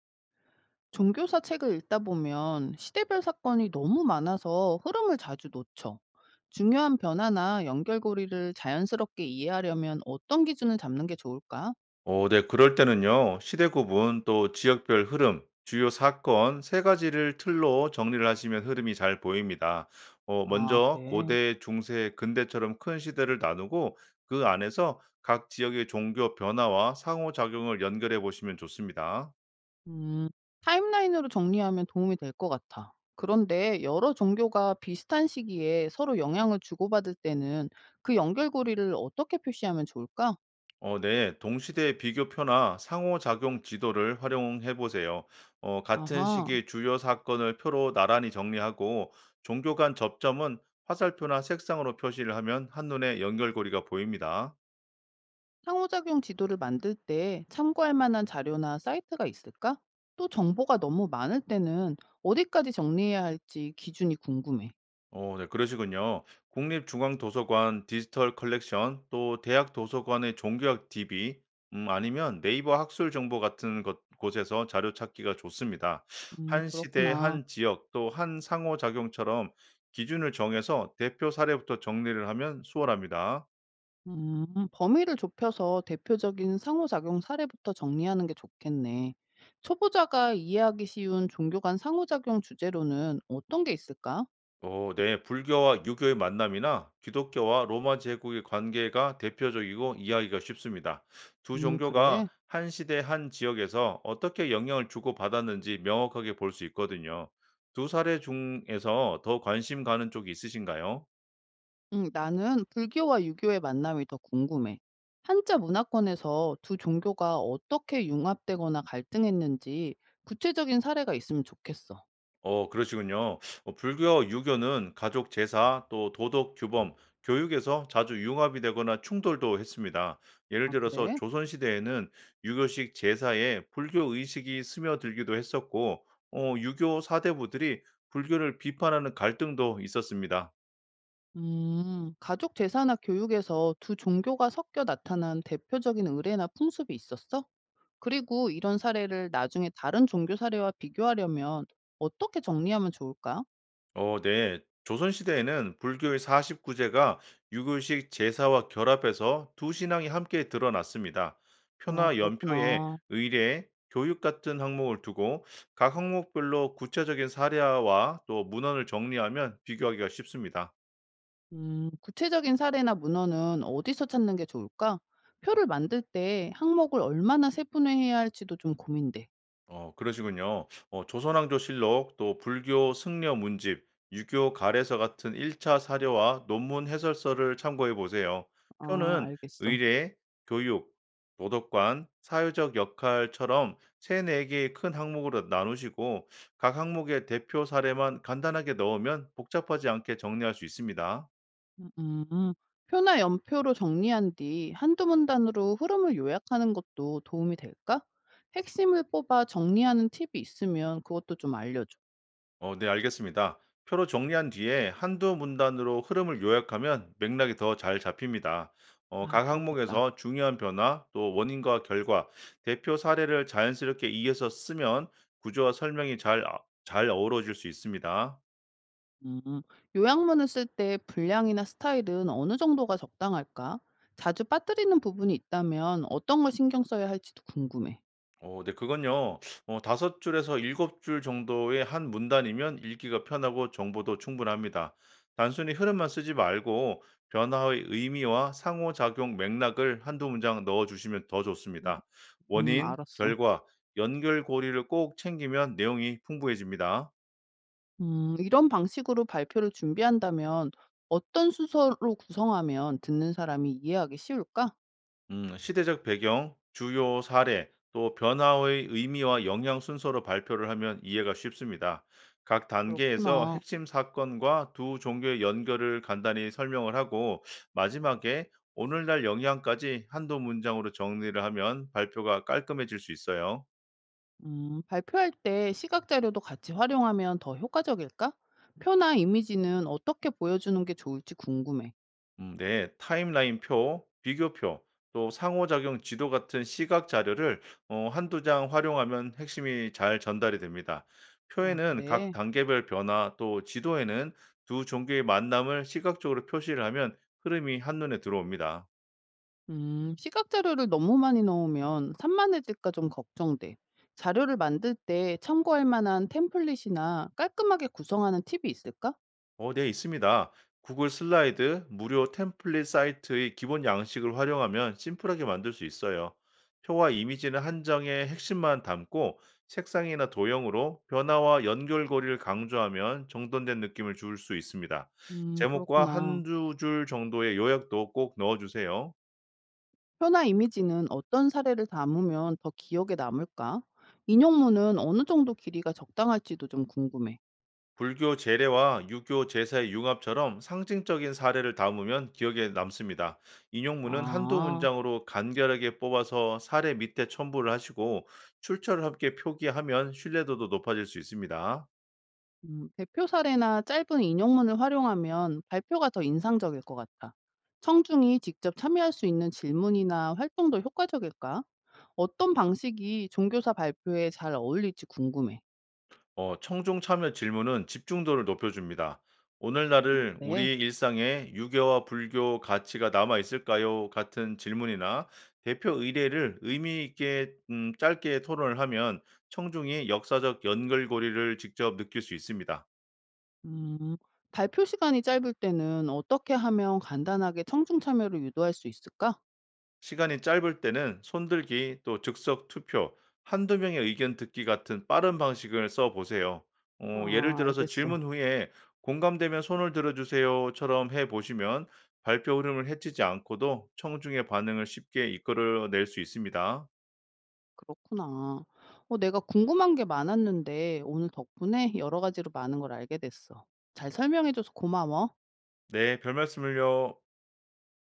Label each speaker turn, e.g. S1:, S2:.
S1: 종교사 책을 읽다 보면 시대별 사건이 너무 많아서 흐름을 자주 놓쳐. 중요한 변화나 연결고리를 자연스럽게 이해하려면 어떤 기준을 잡는 게 좋을까?
S2: 오, 네. 그럴 때는요. 시대 구분 또 지역별 흐름, 주요 사건 3 가지를 틀로 정리를 하시면 흐름이 잘 보입니다.
S1: 아,
S2: 먼저
S1: 그래.
S2: 고대, 중세, 근대처럼 큰 시대를 나누고 그 안에서 각 지역의 종교 변화와 상호작용을 연결해 보시면 좋습니다.
S1: 음, 타임라인으로 정리하면 도움이 될 것 같아. 그런데 여러 종교가 비슷한 시기에 서로 영향을 주고받을 때는 그 연결고리를 어떻게 표시하면 좋을까?
S2: 네. 동시대 비교표나 상호작용 지도를 활용해 보세요. 같은
S1: 아하.
S2: 시기 주요 사건을 표로 나란히 정리하고 종교 간 접점은 화살표나 색상으로 표시를 하면 한눈에 연결고리가 보입니다.
S1: 상호작용 지도를 만들 때 참고할 만한 자료나 사이트가 있을까? 또 정보가 너무 많을 때는 어디까지 정리해야 할지 기준이 궁금해.
S2: 네, 그러시군요. 국립중앙도서관 디지털 컬렉션, 또 대학 도서관의 종교학 DB, 아니면 네이버 학술 정보 같은 것, 곳에서 자료 찾기가 좋습니다. 한 시대,
S1: 그렇구나.
S2: 한 지역, 또 한 상호작용처럼 기준을 정해서 대표 사례부터 정리를 하면 수월합니다.
S1: 음, 범위를 좁혀서 대표적인 상호작용 사례부터 정리하는 게 좋겠네. 초보자가 이해하기 쉬운 종교 간 상호작용 주제로는 어떤 게 있을까?
S2: 네. 불교와 유교의 만남이나 기독교와 로마 제국의 관계가 대표적이고 이해하기가 쉽습니다. 두 종교가
S1: 그래.
S2: 한 시대 한 지역에서 어떻게 영향을 주고받았는지 명확하게 볼 수 있거든요. 두 사례 중에서 더 관심 가는 쪽이 있으신가요?
S1: 나는 불교와 유교의 만남이 더 궁금해. 한자 문화권에서 두 종교가 어떻게 융합되거나 갈등했는지 구체적인 사례가 있으면 좋겠어.
S2: 그러시군요. 불교 유교는 가족 제사 또 도덕 규범, 교육에서 자주 융합이 되거나 충돌도 했습니다. 예를
S1: 아,
S2: 들어서
S1: 그래?
S2: 조선 시대에는 유교식 제사에 불교 의식이 스며들기도 했었고 유교 사대부들이 불교를 비판하는 갈등도 있었습니다.
S1: 가족 제사나 교육에서 두 종교가 섞여 나타난 대표적인 의례나 풍습이 있었어? 그리고 이런 사례를 나중에 다른 종교 사례와 비교하려면 어떻게 정리하면 좋을까?
S2: 네. 조선시대에는 불교의 49제가 유교식 제사와 결합해서 두 신앙이 함께 드러났습니다.
S1: 아,
S2: 표나 연표에
S1: 그렇구나.
S2: 의례, 교육 같은 항목을 두고 각 항목별로 구체적인 사례와 또 문헌을 정리하면 비교하기가 쉽습니다.
S1: 구체적인 사례나 문헌은 어디서 찾는 게 좋을까? 표를 만들 때 항목을 얼마나 세분화해야 할지도 좀 고민돼.
S2: 그러시군요. 조선왕조실록, 또 불교 승려 문집, 유교 가래서 같은 1차 사료와 논문 해설서를 참고해 보세요.
S1: 아,
S2: 표는
S1: 알겠어.
S2: 의례, 교육, 도덕관, 사회적 역할처럼 세 네 개의 큰 항목으로 나누시고 각 항목의 대표 사례만 간단하게 넣으면 복잡하지 않게 정리할 수 있습니다.
S1: 음, 음. 표나 연표로 정리한 뒤 한두 문단으로 흐름을 요약하는 것도 도움이 될까? 핵심을 뽑아 정리하는 팁이 있으면 그것도 좀 알려줘.
S2: 네, 알겠습니다. 표로 정리한 뒤에 한두 문단으로 흐름을 요약하면 맥락이 더 잘 잡힙니다.
S1: 아,
S2: 각
S1: 그렇겠다.
S2: 항목에서 중요한 변화, 또 원인과 결과, 대표 사례를 자연스럽게 이어서 쓰면 구조와 설명이 잘 어우러질 수 있습니다.
S1: 음, 요약문을 쓸 때 분량이나 스타일은 어느 정도가 적당할까? 자주 빠뜨리는 부분이 있다면 어떤 걸 신경 써야 할지도 궁금해.
S2: 네 그건요. 5 줄에서 7줄 정도의 한 문단이면 읽기가 편하고 정보도 충분합니다. 단순히 흐름만 쓰지 말고 변화의 의미와 상호작용 맥락을 한두 문장 넣어 주시면 더
S1: 음.
S2: 좋습니다. 원인,
S1: 알았어.
S2: 결과, 연결고리를 꼭 챙기면 내용이 풍부해집니다.
S1: 이런 방식으로 발표를 준비한다면 어떤 순서로 구성하면 듣는 사람이 이해하기 쉬울까?
S2: 시대적 배경, 주요 사례, 또 변화의 의미와 영향 순서로 발표를 하면 이해가 쉽습니다. 각 단계에서
S1: 그렇구나.
S2: 핵심 사건과 두 종교의 연결을 간단히 설명을 하고 마지막에 오늘날 영향까지 한두 문장으로 정리를 하면 발표가 깔끔해질 수 있어요.
S1: 발표할 때 시각 자료도 같이 활용하면 더 효과적일까? 표나 이미지는 어떻게 보여주는 게 좋을지 궁금해.
S2: 네. 타임라인표, 비교표, 또 상호작용 지도 같은 시각 자료를 어두장 활용하면 핵심이 잘 전달이 됩니다.
S1: 아,
S2: 표에는 각
S1: 그래.
S2: 단계별 변화, 또 지도에는 두 종교의 만남을 시각적으로 표시를 하면 흐름이 한눈에 들어옵니다.
S1: 시각 자료를 너무 많이 넣으면 산만해질까 좀 걱정돼. 자료를 만들 때 참고할 만한 템플릿이나 깔끔하게 구성하는 팁이 있을까?
S2: 네, 있습니다. 구글 슬라이드 무료 템플릿 사이트의 기본 양식을 활용하면 심플하게 만들 수 있어요. 표와 이미지는 한정의 핵심만 담고 색상이나 도형으로 변화와 연결고리를 강조하면 정돈된 느낌을 줄 수 있습니다. 제목과
S1: 그렇구나.
S2: 한두 줄 정도의 요약도 꼭 넣어주세요.
S1: 표나 이미지는 어떤 사례를 담으면 더 기억에 남을까? 인용문은 어느 정도 길이가 적당할지도 좀 궁금해.
S2: 불교 제례와 유교 제사의 융합처럼 상징적인 사례를 담으면 기억에 남습니다. 인용문은 한두
S1: 아,
S2: 문장으로 간결하게 뽑아서 사례 밑에 첨부를 하시고 출처를 함께 표기하면 신뢰도도 높아질 수 있습니다.
S1: 대표 사례나 짧은 인용문을 활용하면 발표가 더 인상적일 것 같아. 청중이 직접 참여할 수 있는 질문이나 활동도 효과적일까? 어떤 방식이 종교사 발표에 잘 어울릴지 궁금해.
S2: 청중 참여 질문은 집중도를 높여줍니다.
S1: 아,
S2: 오늘날을 우
S1: 그래.
S2: 리 일상에 유교와 불교 가치가 남아 있을까요? 같은 질문이나 대표 의례를 의미 있게 짧게 토론을 하면 청중이 역사적 연결고리를 직접 느낄 수 있습니다.
S1: 음, 발표 시간이 짧을 때는 어떻게 하면 간단하게 청중 참여를 유도할 수 있을까?
S2: 시간이 짧을 때는 손들기 또 즉석 투표, 한두 명의 의견 듣기 같은 빠른 방식을 써 보세요. 예를
S1: 아,
S2: 들어서
S1: 알겠어.
S2: 질문 후에 공감되면 손을 들어주세요처럼 해 보시면 발표 흐름을 해치지 않고도 청중의 반응을 쉽게 이끌어낼 수 있습니다.
S1: 그렇구나. 어, 내가 궁금한 게 많았는데 오늘 덕분에 여러 가지로 많은 걸 알게 됐어. 잘 설명해줘서 고마워.
S2: 네, 별 말씀을요.